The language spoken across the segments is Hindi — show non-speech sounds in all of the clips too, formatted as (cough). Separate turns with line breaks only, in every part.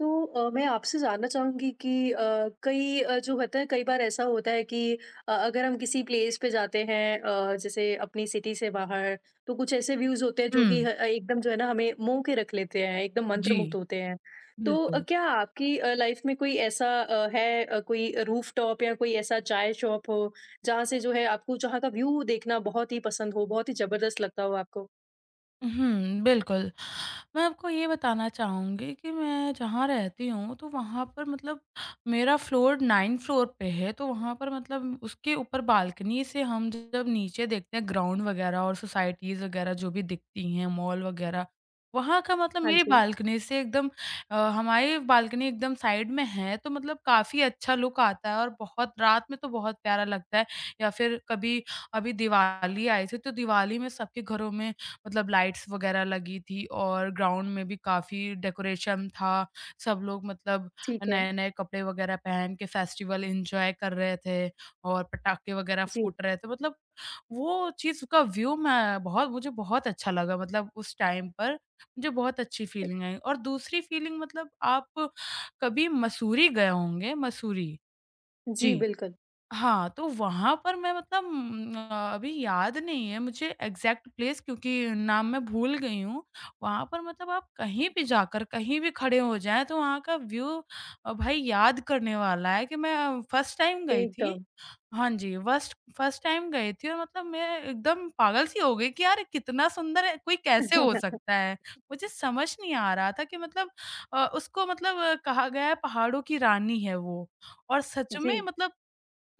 तो मैं आपसे जानना चाहूँगी कि कई जो होता है कई बार ऐसा होता है कि अगर हम किसी प्लेस पे जाते हैं, जैसे अपनी सिटी से बाहर। तो कुछ ऐसे व्यूज़ होते हैं जो कि
हुँ,
एकदम जो है ना हमें मोह के रख लेते हैं, एकदम मंत्रमुग्ध
जी,
होते हैं। तो
बिल्कुल।
क्या आपकी लाइफ में कोई ऐसा है, कोई रूफटॉप या कोई ऐसा चाय शॉप हो जहाँ से जो है आपको जहाँ का व्यू देखना बहुत ही पसंद हो, बहुत ही जबरदस्त लगता हो आपको?
हुँ, बिल्कुल। मैं आपको ये बताना चाहूँगी कि मैं जहाँ रहती हूँ, तो वहाँ पर मतलब मेरा फ्लोर 9 फ्लोर पे है, तो वहाँ पर मतलब उसके ऊपर बालकनी से हम जब नीचे देखते हैं ग्राउंड वगैरह और सोसाइटीज़ वगैरह जो भी दिखती हैं, मॉल वगैरह, वहाँ का मतलब
हाँ
मेरी
जी।
बालकनी से एकदम हमारी बालकनी एकदम साइड में है, तो मतलब काफ़ी अच्छा लुक आता है और बहुत रात में तो बहुत प्यारा लगता है। या फिर कभी अभी दिवाली आई थी, तो दिवाली में सबके घरों में मतलब लाइट्स वगैरह लगी थी और ग्राउंड में भी काफ़ी डेकोरेशन था। सब लोग मतलब
ठीक है।
नए-नए कपड़े वगैरह पहन के फेस्टिवल एन्जॉय कर रहे थे और पटाखे वगैरह
जी,
फूट रहे थे। मतलब वो चीज़ का व्यू मैं बहुत मुझे बहुत अच्छा लगा मतलब उस टाइम पर, मुझे बहुत अच्छी फ़ीलिंग आई और दूसरी फ़ीलिंग मतलब आप कभी मसूरी गए होंगे? मसूरी?
जी।
जी।
बिल्कुल।
हाँ, तो वहाँ पर मैं मतलब अभी याद नहीं है मुझे एग्ज़ैक्ट प्लेस क्योंकि नाम मैं भूल गई हूँ। वहाँ पर मतलब आप कहीं भी जाकर, कहीं भी खड़े हो जाएँ तो वहाँ का व्यू भाई याद करने वाला है कि मैं फर्स्ट टाइम गई थी।
एकदम।
हाँ जी, वस्ट फर्स्ट टाइम गई थी और मतलब मैं एकदम पागल-सी हो गई कि यार कितना सुंदर है, कोई कैसे हो सकता
(laughs)
है? मुझे समझ नहीं आ रहा था कि मतलब उसको मतलब कहा गया है पहाड़ों की रानी है वो। और सच
जी।
में मतलब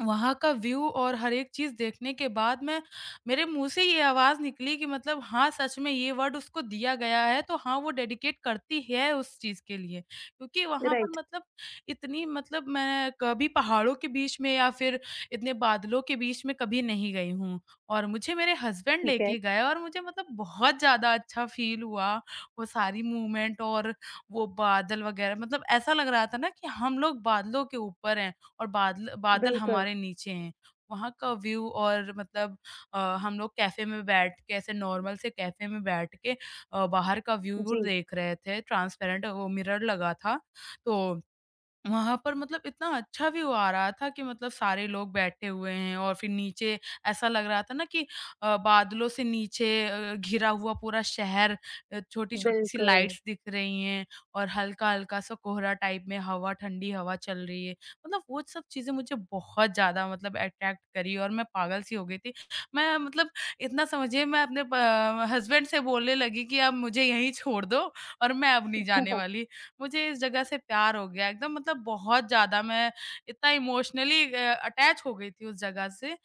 वहाँ का व्यू और हर एक चीज़ देखने के बाद मैं मेरे मुँह से ये आवाज़ निकली कि मतलब हाँ, सच में ये वर्ड उसको दिया गया है, तो हाँ, वो डेडिकेट करती है उस चीज़ के लिए। क्योंकि वहाँ पर
राइट,
मतलब इतनी मतलब मैं कभी पहाड़ों के बीच में या फिर इतने बादलों के बीच में कभी नहीं गई हूँ और मुझे मेरे हस्बैंड
ठीक है।
लेके गए और मुझे मतलब बहुत ज़्यादा अच्छा फ़ील हुआ। वो सारी मूवमेंट और वो बादल वग़ैरह मतलब ऐसा लग रहा था ना कि हम लोग बादलों के ऊपर हैं। और बादल बादल
बिल्कुल,
हमारे नीचे हैं। वहाँ का व्यू और मतलब हम लोग कैफ़े में बैठ के ऐसे नॉर्मल से कैफ़े में बैठ के बाहर का व्यू
जी,
देख रहे थे, ट्रांसपेरेंट वो मिरर लगा था। तो वहाँ पर मतलब इतना अच्छा व्यू आ रहा था कि मतलब सारे लोग बैठे हुए हैं और फिर नीचे ऐसा लग रहा था ना कि बादलों से नीचे घिरा हुआ पूरा शहर, छोटी-छोटी सी
बिल्कुल।
लाइट्स दिख रही हैं और हल्का-हल्का सा कोहरा टाइप में हवा ठंडी हवा चल रही है। मतलब वो सब चीज़ें मुझे बहुत ज़्यादा मतलब अट्रैक्ट करी और मैं पागल सी हो गई थी। मैं मतलब इतना समझिए मैं अपने प हस्बैंड से बोलने लगी कि अब मुझे यहीं छोड़ दो और मैं अब नहीं जाने
(laughs)
वाली। मुझे इस जगह से प्यार हो गया एकदम मतलब बहुत ज़्यादा मैं इतना इमोशनली अटैच हो गई थी उस जगह से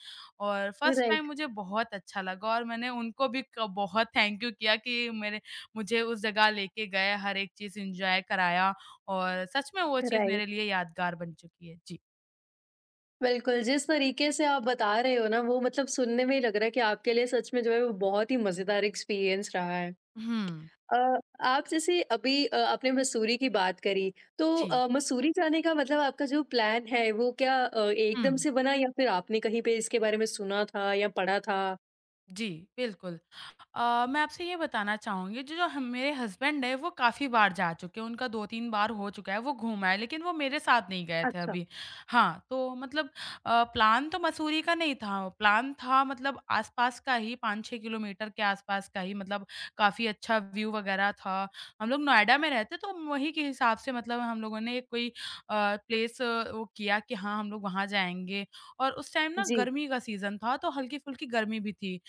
और फर्स्ट टाइम
राइट,
मुझे बहुत अच्छा लगा और मैंने उनको भी क बहुत थैंक यू किया कि मेरे मुझे उस जगह लेके गए, हर एक चीज़ एन्जॉय कराया और सच में वो चीज़
राइट,
मेरे लिए यादगार बन चुकी है। जी।
बिल्कुल, जिस तरीके से आप बता रहे हो ना वो मतलब सुनने में ही लग रहा है कि आपके लिए सच में जो है वो बहुत ही मज़ेदार एक्सपीरियंस रहा है।
हुँ।
अ, आप जैसे अभी आपने मसूरी की बात करी, तो
जी।
मसूरी जाने का मतलब आपका जो प्लान है वो क्या एकदम
हुँ।
से बना, या फिर आपने कहीं पे इसके बारे में सुना था या पढ़ा था?
जी, बिल्कुल। मैं आपसे ये बताना चाहूँगी जो जो हम मेरे हस्बैंड हैं वो काफ़ी बार जा चुके हैं, उनका 2-3 बार हो चुका है, वो घूम आए लेकिन वो मेरे साथ नहीं गए थे
अच्छा।
अभी। हाँ, तो मतलब प्लान तो मसूरी का नहीं था, प्लान था मतलब आस-पास का ही 5-6 किलोमीटर के आस-पास का ही मतलब काफ़ी अच्छा व्यू वगैरह था। हम लोग नोएडा में रहते तो वहीं के हिसाब से मतलब हम लोगों ने एक कोई प्लेस वो किया कि हाँ, हम लोग वहाँ जाएँगे और उस टाइम ना
जी।
गर्मी का सीज़न था तो हल्की-फुल्की गर्मी भी थी।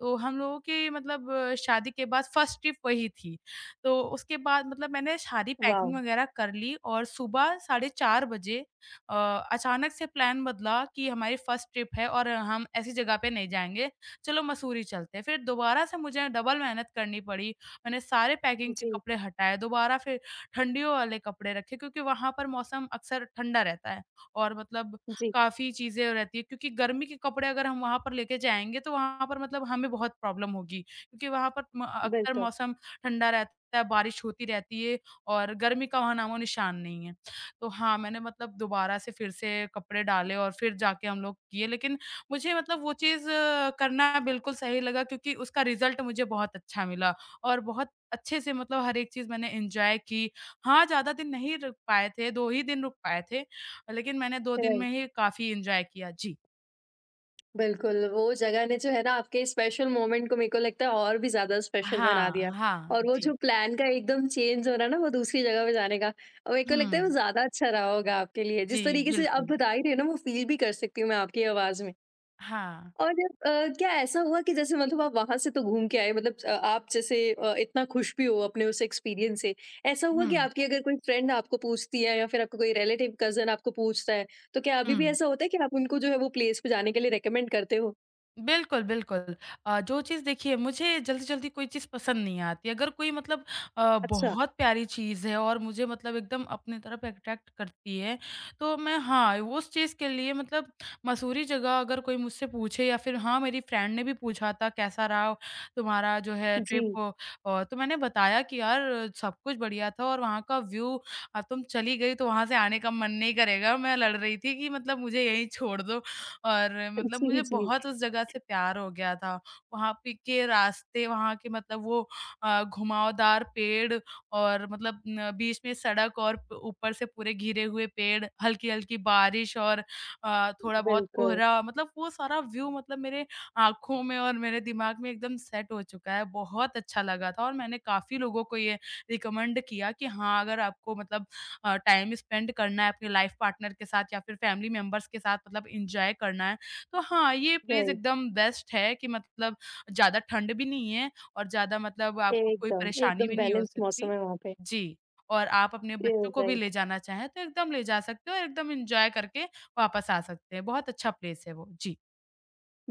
तो हम लोगों के मतलब शादी के बाद फर्स्ट ट्रिप वही थी। तो उसके बाद मतलब मैंने सारी
वाओ!
पैकिंग वगैरह कर ली और सुबह साढ़े 4 बजे अ, अचानक से प्लान बदला कि हमारी फर्स्ट ट्रिप है और हम ऐसी जगह पे नहीं जाएँगे, चलो मसूरी चलते हैं। फिर दोबारा से मुझे डबल मेहनत करनी पड़ी। मैंने सारे पैकिंग के
जी,
कपड़े हटाए, दोबारा फिर ठंडियों वाले कपड़े रखे क्योंकि वहाँ पर मौसम अक्सर ठंडा रहता है और मतलब
जी,
काफ़ी चीज़ें रहती हैं क्योंकि गर्मी के कपड़े अगर हम वहाँ पर लेके जाएँगे तो वहाँ पर मतलब हमें बहुत प्रॉब्लम होगी क्योंकि वहाँ पर म अक्सर
बिल्कुल।
मौसम ठंडा रहता है, बारिश होती रहती है और गर्मी का वहाँ नामो-निशान नहीं है। तो हाँ, मैंने मतलब दोबारा से फिर से कपड़े डाले और फिर जाके हम लोग किए लेकिन मुझे मतलब वो चीज़ करना बिल्कुल सही लगा क्योंकि उसका रिज़ल्ट मुझे बहुत अच्छा मिला और बहुत अच्छे से मतलब हर एक चीज़ मैंने एन्जॉय की। हाँ, ज़्यादा दिन नहीं रुक पाए थे, 2 ही दिन रुक पाए थे। लेकिन मैंने 2 दिन
राइट।
में ही काफ़ी एन्जॉय किया। जी।
बिल्कुल, वो जगह ने जो है ना आपके स्पेशल मोमेंट को मेरे को लगता है और भी ज़्यादा स्पेशल बना दिया।
हाँ, हाँ।
और वो
जी।
जो प्लान का एकदम चेंज होना ना वो दूसरी जगह पे जाने का, और मेरे को लगता है वो
हुँ।
ज़्यादा अच्छा रहा होगा आपके लिए।
जी,
जिस तरीके से आप
बिल्कुल।
बता ही रहे हो ना वो फ़ील भी कर सकती हूँ मैं आपकी आवाज़ में।
हाँ।
और जब क्या ऐसा हुआ कि जैसे मतलब आप वहाँ से तो घूम के आए मतलब, आप जैसे इतना खुश भी हो अपने उस एक्सपीरियंस से, ऐसा हुआ
हुँ,
कि आपकी अगर कोई फ्रेंड आपको पूछती है या फिर आपका कोई रिलेटिव, कज़न आपको पूछता है, तो क्या अभी भी
हुँ।
ऐसा होता है कि आप उनको जो है वो प्लेस पे जाने के लिए रिकमेंड करते हो?
बिल्कुल, बिल्कुल। जो चीज़ देखिए मुझे जल्दी-जल्दी कोई चीज़ पसंद नहीं आती। अगर कोई मतलब
अच्छा।
बहुत प्यारी चीज़ है और मुझे मतलब एकदम अपनी तरफ अट्रैक्ट करती है, तो मैं हाँ, उस चीज़ के लिए मतलब मसूरी जगह अगर कोई मुझसे पूछे या फिर हाँ, मेरी फ्रेंड ने भी पूछा था कैसा रहा तुम्हारा जो है
जी।
ट्रिप, तो मैंने बताया कि यार सब कुछ बढ़िया था और वहाँ का व्यू, तुम चली गई तो वहाँ से आने का मन नहीं करेगा। मैं लड़ रही थी कि मतलब मुझे यहीं छोड़ दो और
(laughs)
मतलब
जी,
मुझे
जी,
बहुत उस जगह से प्यार हो गया था। वहाँ पे के रास्ते, वहाँ के मतलब वो घुमावदार पेड़ और मतलब न बीच में सड़क और प ऊपर से पूरे घिरे हुए पेड़, हल्की-हल्की बारिश और थोड़ा बहुत
बिल्कुल।
कोहरा मतलब वो सारा व्यू मतलब मेरे आँखों में और मेरे दिमाग में एकदम सेट हो चुका है। बहुत अच्छा लगा था और मैंने काफ़ी लोगों को ये रिकमेंड किया कि हाँ, अगर आपको मतलब टाइम स्पेंड करना है अपने लाइफ पार्टनर के साथ या फिर फैमिली मेंबर्स के साथ मतलब एन्जॉय करना है। तो हाँ, ये प्लेस
राइट।
एकदम बेस्ट है कि मतलब ज़्यादा ठंड भी नहीं है और ज़्यादा मतलब आपको कोई
एकदम,
परेशानी
एकदम
भी नहीं हो
बैलेंस्ड मौसम
सकती।
है वहाँ पे।
जी, और आप अपने
ए,
बच्चों को भी
राइट।
ले जाना चाहें तो एकदम ले जा सकते हो और एकदम एन्जॉय करके वापस आ सकते हैं। बहुत अच्छा प्लेस है वो। जी।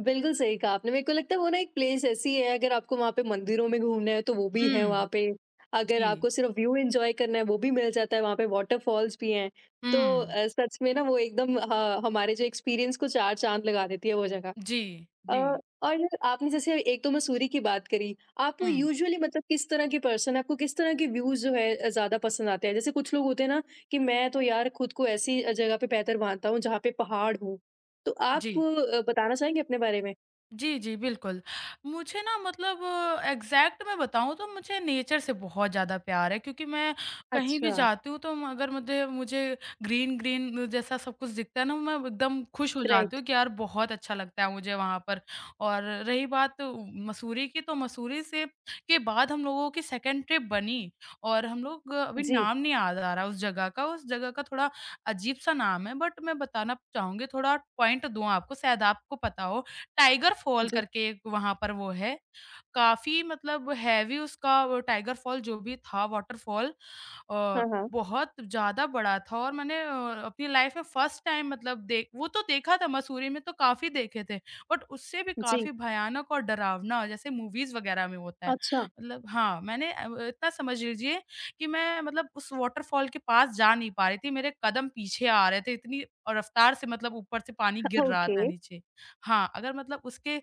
बिल्कुल सही कहा आपने। मेरे को लगता है वो ना एक प्लेस ऐसी है, अगर आपको वहाँ पे मंदिरों में घूमना है तो वो भी है
हुँ।
वहाँ पे, अगर
जी।
आपको सिर्फ़ व्यू एन्जॉय करना है वो भी मिल जाता है वहाँ पे, वॉटरफॉल्स भी हैं। तो
हुँ।
सच में ना वो एकदम ह हमारे जो एक्सपीरियंस को 4 चाँद लगा देती है वो जगह।
जी,
अ,
जी।
और आपने जैसे एक तो मसूरी की बात करी। आप
हुँ,
यूजुअली मतलब किस तरह के पर्सन हैं? आपको किस तरह के व्यूज़ जो है ज़्यादा पसंद आते हैं? जैसे कुछ लोग होते हैं ना कि मैं तो यार खुद को ऐसी जगह पे बेहतर मानता हूँ जहाँ पे पहाड़ हो। तो आप
जी।
बताना चाहेंगे अपने बारे में?
जी, जी, बिल्कुल। मुझे ना मतलब एग्ज़ैक्ट मैं बताऊँ तो मुझे नेचर से बहुत ज़्यादा प्यार है क्योंकि मैं कहीं भी
अच्छा,
जाती हूँ तो अगर मुझे मुझे ग्रीन-ग्रीन जैसा सब कुछ दिखता है ना, मैं एकदम खुश हो जाती
राइट।
हूँ कि यार बहुत अच्छा लगता है मुझे वहाँ पर। और रही बात मसूरी की, तो मसूरी से के बाद हम लोगों की सेकंड ट्रिप बनी और हम लोग अभी
जी,
नाम नहीं याद आ रहा उस जगह का थोड़ा अजीब-सा नाम है बट मैं बताना चाहूँगी, थोड़ा पॉइंट दूँ आपको शायद आपको पता हो। टाइगर फॉल
जी।
करके एक वहाँ पर वो है, काफ़ी मतलब हैवी उसका वो टाइगर फॉल जो भी था वाटरफॉल
हाँ,
अ,
हाँ।
बहुत ज़्यादा बड़ा था और मैंने अपनी लाइफ में फर्स्ट टाइम मतलब देख वो तो देखा था मसूरी में तो काफ़ी देखे थे, बट उससे भी
जी।
काफ़ी भयानक और डरावना जैसे मूवीज़ वगैरह में होता है।
अच्छा,
मतलब हाँ, मैंने इतना समझ लीजिए कि मैं मतलब उस वाटरफॉल के पास जा नहीं पा रही थी, मेरे कदम पीछे आ रहे थे इतनी और रफ़्तार से मतलब ऊपर से पानी
(laughs)
गिर रहा
ओके।
था नीचे। हाँ, अगर मतलब उसके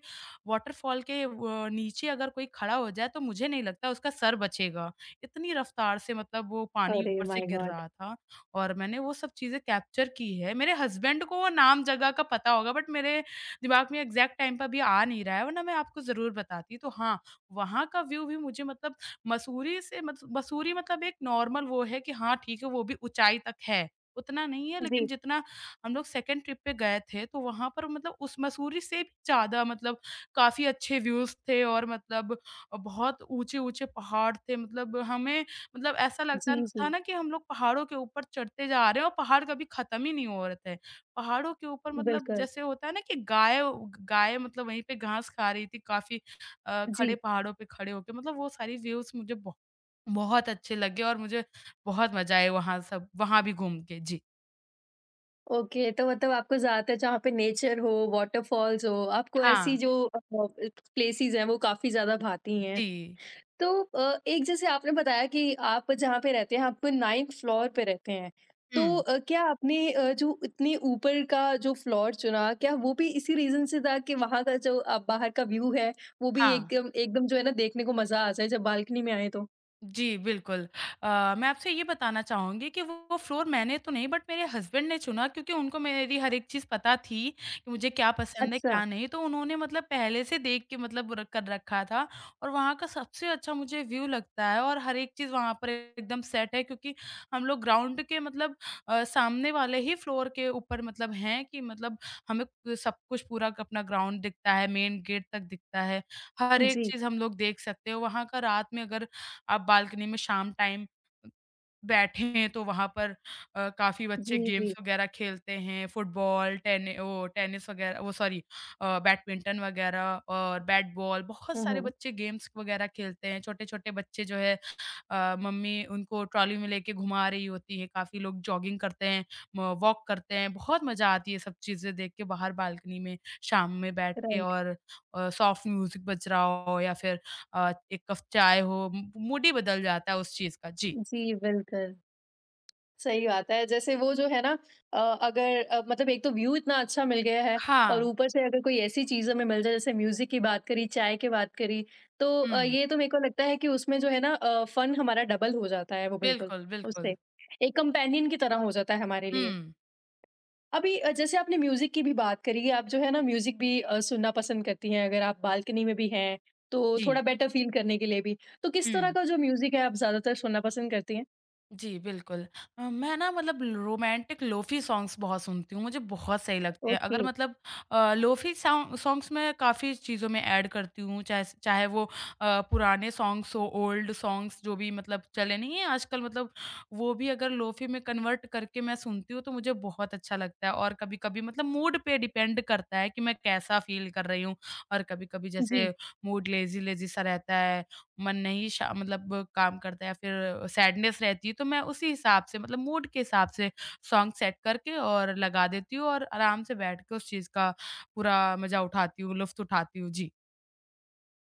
वाटरफॉल के व नीचे अगर कोई खड़ा हो जाए तो मुझे नहीं लगता उसका सर बचेगा। इतनी रफ़्तार से मतलब वो पानी
अरे
ऊपर से
माय
गिर
गॉड!
रहा था और मैंने वो सब चीज़ें कैप्चर की है। मेरे हस्बैंड को वो नाम जगह का पता होगा बट मेरे दिमाग में एग्ज़ैक्ट टाइम पे अभी आ नहीं रहा है वरना मैं आपको ज़रूर बताती। तो हाँ, वहाँ का व्यू भी मुझे मतलब मसूरी से मस मसूरी मतलब एक नॉर्मल वो है कि हाँ ठीक है, वो भी ऊँचाई तक है। उतना नहीं है लेकिन
जी,
जितना हम लोग सेकंड ट्रिप पे गए थे तो वहाँ पर मतलब उस मसूरी से भी ज़्यादा मतलब काफ़ी अच्छे व्यूज़ थे और मतलब बहुत ऊँचे-ऊँचे पहाड़ थे मतलब हमें मतलब ऐसा लगता
जी,
था
जी।
ना कि हम लोग पहाड़ों के ऊपर चढ़ते जा रहे हैं और पहाड़ कभी ख़त्म ही नहीं हो रहे थे। पहाड़ों के ऊपर मतलब
बिल्कुल,
जैसे होता है ना कि गाय गाय मतलब वहीं पे घास खा रही थी काफ़ी
जी।
खड़े पहाड़ों पे खड़े होके मतलब वो सारी व्यूज़ मुझे ब बहुत अच्छे लगे और मुझे बहुत मज़ा आया वहाँ सब वहाँ भी घूम के। जी।
ओके, तो मतलब आपको ज़्यादातर जहाँ पे नेचर हो, वॉटरफॉल्स हो, आपको ऐसी
हाँ।
जो प्लेसेस हैं वो काफ़ी ज़्यादा भाती हैं।
जी।
तो एक जैसे आपने बताया कि आप जहाँ पे रहते हैं, आप 9th फ्लोर पे रहते हैं। तो
हुँ।
क्या आपने जो इतने ऊपर का जो फ्लोर चुना, क्या वो भी इसी रीज़न से था कि वहाँ का जो बाहर का व्यू है, वो भी
हाँ।
एकदम एकदम जो है ना देखने को मज़ा आ जाए जब बालकनी में आएँ तो?
जी, बिल्कुल। अ, मैं आपसे ये बताना चाहूँगी कि वो फ्लोर मैंने तो नहीं बट मेरे हस्बैंड ने चुना क्योंकि उनको मेरी हर एक चीज़ पता थी कि मुझे क्या पसंद है,
अच्छा।
क्या नहीं। तो उन्होंने मतलब पहले से देख के मतलब र कर रखा था और वहाँ का सबसे अच्छा मुझे व्यू लगता है और हर एक चीज़ वहाँ पर एकदम सेट है क्योंकि हम लोग ग्राउंड के मतलब सामने वाले ही फ्लोर के ऊपर मतलब हैं कि मतलब हमें सब कुछ पूरा अपना ग्राउंड दिखता है, मेन गेट तक दिखता है। हर एक
जी।
चीज़ हम लोग देख सकते हैं। वहाँ का रात में अगर आप बालकनी में शाम टाइम बैठे हैं तो वहाँ पर काफ़ी बच्चे
जी, जी।
गेम्स वगैरह खेलते हैं, फुटबॉल, टेनिस वगैरह वो सॉरी बैडमिंटन वगैरह और बैट बॉल बहुत
हुँ,
सारे
हुँ।
बच्चे गेम्स वगैरह खेलते हैं, छोटे-छोटे बच्चे जो है मम्मी उनको ट्रॉली में लेके घुमा रही होती है, काफ़ी लोग जॉगिंग करते हैं, म वॉक करते हैं, बहुत मज़ा आती है सब चीज़ें देख के बाहर बालकनी में शाम में बैठ के
राइट।
और सॉफ्ट म्यूज़िक बज रहा हो या फिर एक कप चाय हो, म मूड ही बदल जाता है उस चीज़ का। जी।
जी, बिल्कुल। सही बात है। जैसे वो जो है ना, अगर मतलब एक तो व्यू इतना अच्छा मिल गया है, और
हाँ।
ऊपर से अगर कोई ऐसी चीज़ हमें मिल जाए जैसे म्यूज़िक की बात करी, चाय की बात करी, तो
हुँ।
ये तो मेरे को लगता है कि उसमें जो है ना फन हमारा डबल हो जाता है वो बिल्कुल
बिल्कुल, बिल्कुल।
उससे। एक कंपेनियन की तरह हो जाता है हमारे लिए।
हुँ।
अभी जैसे आपने म्यूज़िक की भी बात करी कि आप जो है ना म्यूज़िक भी सुनना पसंद करती हैं, अगर आप बालकनी में भी हैं, तो
जी।
थोड़ा बेटर फ़ील करने के लिए भी। तो किस तरह
हुँ।
का जो म्यूज़िक है आप ज़्यादातर सुनना पसंद करती हैं?
जी, बिल्कुल। मैं ना मतलब रोमांटिक लोफ़ी सॉन्ग्स बहुत सुनती हूँ, मुझे बहुत सही लगते हैं।
ओके।
अगर मतलब लोफ़ी सॉन्ग्स मैं काफ़ी चीज़ों में ऐड करती हूँ, चाहे चाहे वो पुराने सॉन्ग्स हो, ओल्ड सॉन्ग्स जो भी मतलब चले नहीं हैं आजकल मतलब वो भी अगर लोफ़ी में कन्वर्ट करके मैं सुनती हूँ, तो मुझे बहुत अच्छा लगता है। और कभी-कभी मतलब मूड पे डिपेंड करता है कि मैं कैसा फ़ील कर रही हूँ और कभी-कभी
जी।
जैसे मूड लेज़ी-लेज़ी सा रहता है मन नहीं शा मतलब काम करता है या फिर सैडनेस रहती है, तो मैं उसी हिसाब से मतलब मूड के हिसाब से सॉन्ग सेट करके और लगा देती हूँ और आराम से बैठ के उस चीज़ का पूरा मज़ा उठाती हूँ, लुफ़्त उठाती हूँ। जी।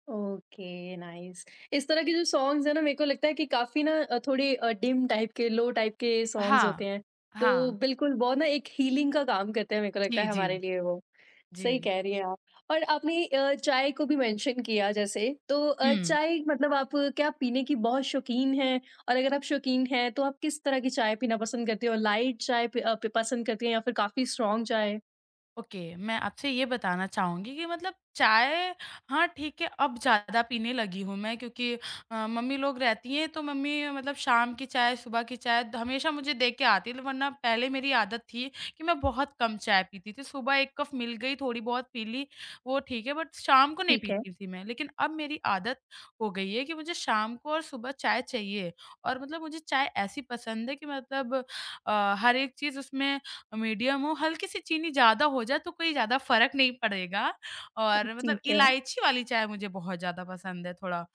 Okay, nice. इस तरह के जो सॉन्ग्स है ना मेरे को लगता है कि काफी ना, थोड़े डिम टाइप के, लो टाइप के सॉन्ग्स होते
हाँ।
हैं, तो
हाँ।
बिल्कुल बहुत ना एक हीलिंग का काम करते हैं मेरे को लगता है
जी, जी।
हमारे लिए वो। सही
जी।
कह रही हैं आप। और आपने चाय को भी मेंशन किया, जैसे तो
हुँ।
चाय मतलब आप क्या पीने की बहुत शौकीन हैं? और अगर आप शौकीन हैं तो आप किस तरह की चाय पीना पसंद करते हो? लाइट चाय पसंद करते हैं या फिर काफी स्ट्रॉन्ग चाय?
ओके मैं आपसे ये बताना चाहूँगी कि मतलब चाय हाँ ठीक है अब ज़्यादा पीने लगी हूँ मैं क्योंकि मम्मी लोग रहती हैं तो मम्मी मतलब शाम की चाय सुबह की चाय हमेशा मुझे दे के आती है वरना पहले मेरी आदत थी कि मैं बहुत कम चाय पीती थी सुबह एक कप मिल गई थोड़ी बहुत पी ली वो ठीक है बट शाम को नहीं
ठीक है,
पीती थी मैं लेकिन अब मेरी आदत हो गई है कि मुझे शाम को और सुबह चाय चाहिए और मतलब मुझे चाय ऐसी पसंद है कि मतलब हर एक चीज़ उसमें मीडियम हो, हल्की सी चीनी ज़्यादा हो जाए तो कोई ज़्यादा फ़र्क नहीं पड़ेगा और मतलब
ठीक है।
इलायची वाली चाय मुझे बहुत ज़्यादा पसंद है थोड़ा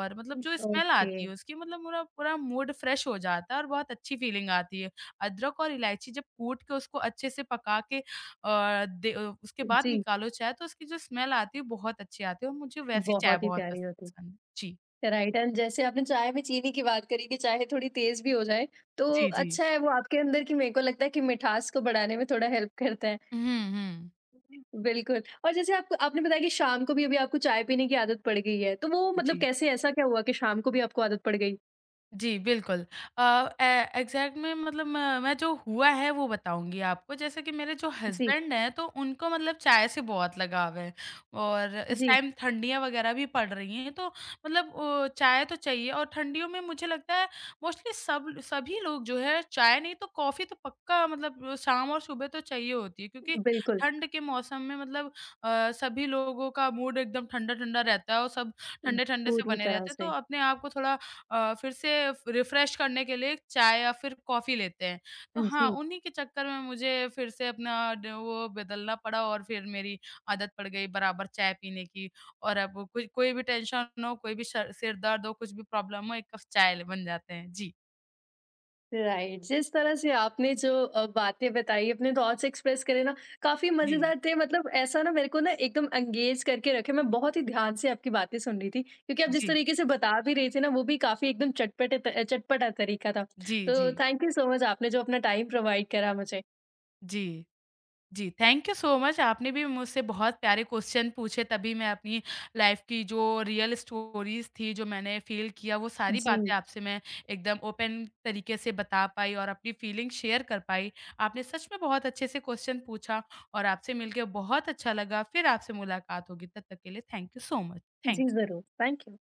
और मतलब जो स्मेल
ओके।
आती है उसकी मतलब पूरा पूरा मूड फ्रेश हो जाता है और बहुत अच्छी फ़ीलिंग आती है। अदरक और इलायची जब कूट के उसको अच्छे से पका के उसके बाद
जी।
निकालो चाय तो उसकी जो स्मेल आती है बहुत अच्छी आती है और मुझे वैसी चाय
बहुत ही
बहुत
प्यारी होती
पसंद है। जी।
है। राइट। एंड जैसे आपने चाय में चीनी की बात करी कि चाय थोड़ी तेज भी हो जाए, तो
जी, जी।
अच्छा है वो आपके अंदर की मेरे को लगता है कि मिठास को बढ़ाने में थोड़ा हेल्प करता है।
हुँ, हुँ।
बिल्कुल, और जैसे आपको आपने बताया कि शाम को भी अभी आपको चाय पीने की आदत पड़ गई है, तो वो मतलब
जी।
कैसे ऐसा क्या हुआ कि शाम को भी आपको आदत पड़ गई?
जी, बिल्कुल। अ, ए एग्ज़ैक्ट में मतलब म मैं जो हुआ है वो बताऊँगी आपको। जैसे कि मेरे जो
जी,
हस्बैंड हैं तो उनको मतलब चाय से बहुत लगाव है और इस
जी,
टाइम ठंडियाँ वग़ैरह भी पड़ रही हैं तो मतलब चाय तो चाहिए और ठंडियों में मुझे लगता है मोस्टली सब सभी लोग जो है चाय नहीं तो कॉफ़ी तो पक्का मतलब शाम और सुबह तो चाहिए होती है क्योंकि
बिल्कुल।
ठंड के मौसम में मतलब सभी लोगों का मूड एकदम ठंडा-ठंडा रहता है और सब ठंडे-ठंडे से
पूरी
बने
तरह
रहते हैं तो
से।
अपने आप को थोड़ा फिर से रिफ्रेश करने के लिए चाय या फिर कॉफ़ी लेते हैं। तो हाँ,
जी।
उन्हीं के चक्कर में मुझे फिर से अपना ड वो बदलना पड़ा और फिर मेरी आदत पड़ गई बराबर चाय पीने की और अब कोई कोई भी टेंशन हो, कोई भी सर सिर दर्द हो, कुछ भी प्रॉब्लम हो, 1 कप चाय ल बन जाते हैं। जी,
राइट। जिस तरह से आपने जो बातें बताई, अपने थॉट्स एक्सप्रेस करे ना, काफी
जी,
मजेदार थे। मतलब ऐसा ना मेरे को ना एकदम एंगेज करके रखे, मैं बहुत ही ध्यान से आपकी बातें सुन रही थी क्योंकि आप जिस
जी,
तरीके से बता भी रहे थे ना वो भी काफी एकदम चटपटे चटपटा तरीका था।
जी, जी,
तो थैंक यू सो मच, आपने जो अपना टाइम प्रोवाइड करा मुझे।
जी। जी, थैंक यू सो मच। आपने भी मुझसे बहुत प्यारे क्वेश्चन पूछे तभी मैं अपनी लाइफ़ की जो रियल स्टोरीज़ थी, जो मैंने फ़ील किया वो सारी
जी,
बातें आपसे मैं एकदम ओपन तरीके से बता पाई और अपनी फ़ीलिंग शेयर कर पाई। आपने सच में बहुत अच्छे से क्वेश्चन पूछा और आपसे मिलके बहुत अच्छा लगा। फिर आपसे मुलाकात होगी, तब तक के लिए thank you so much. Thank
जी, जरूर। Thank you.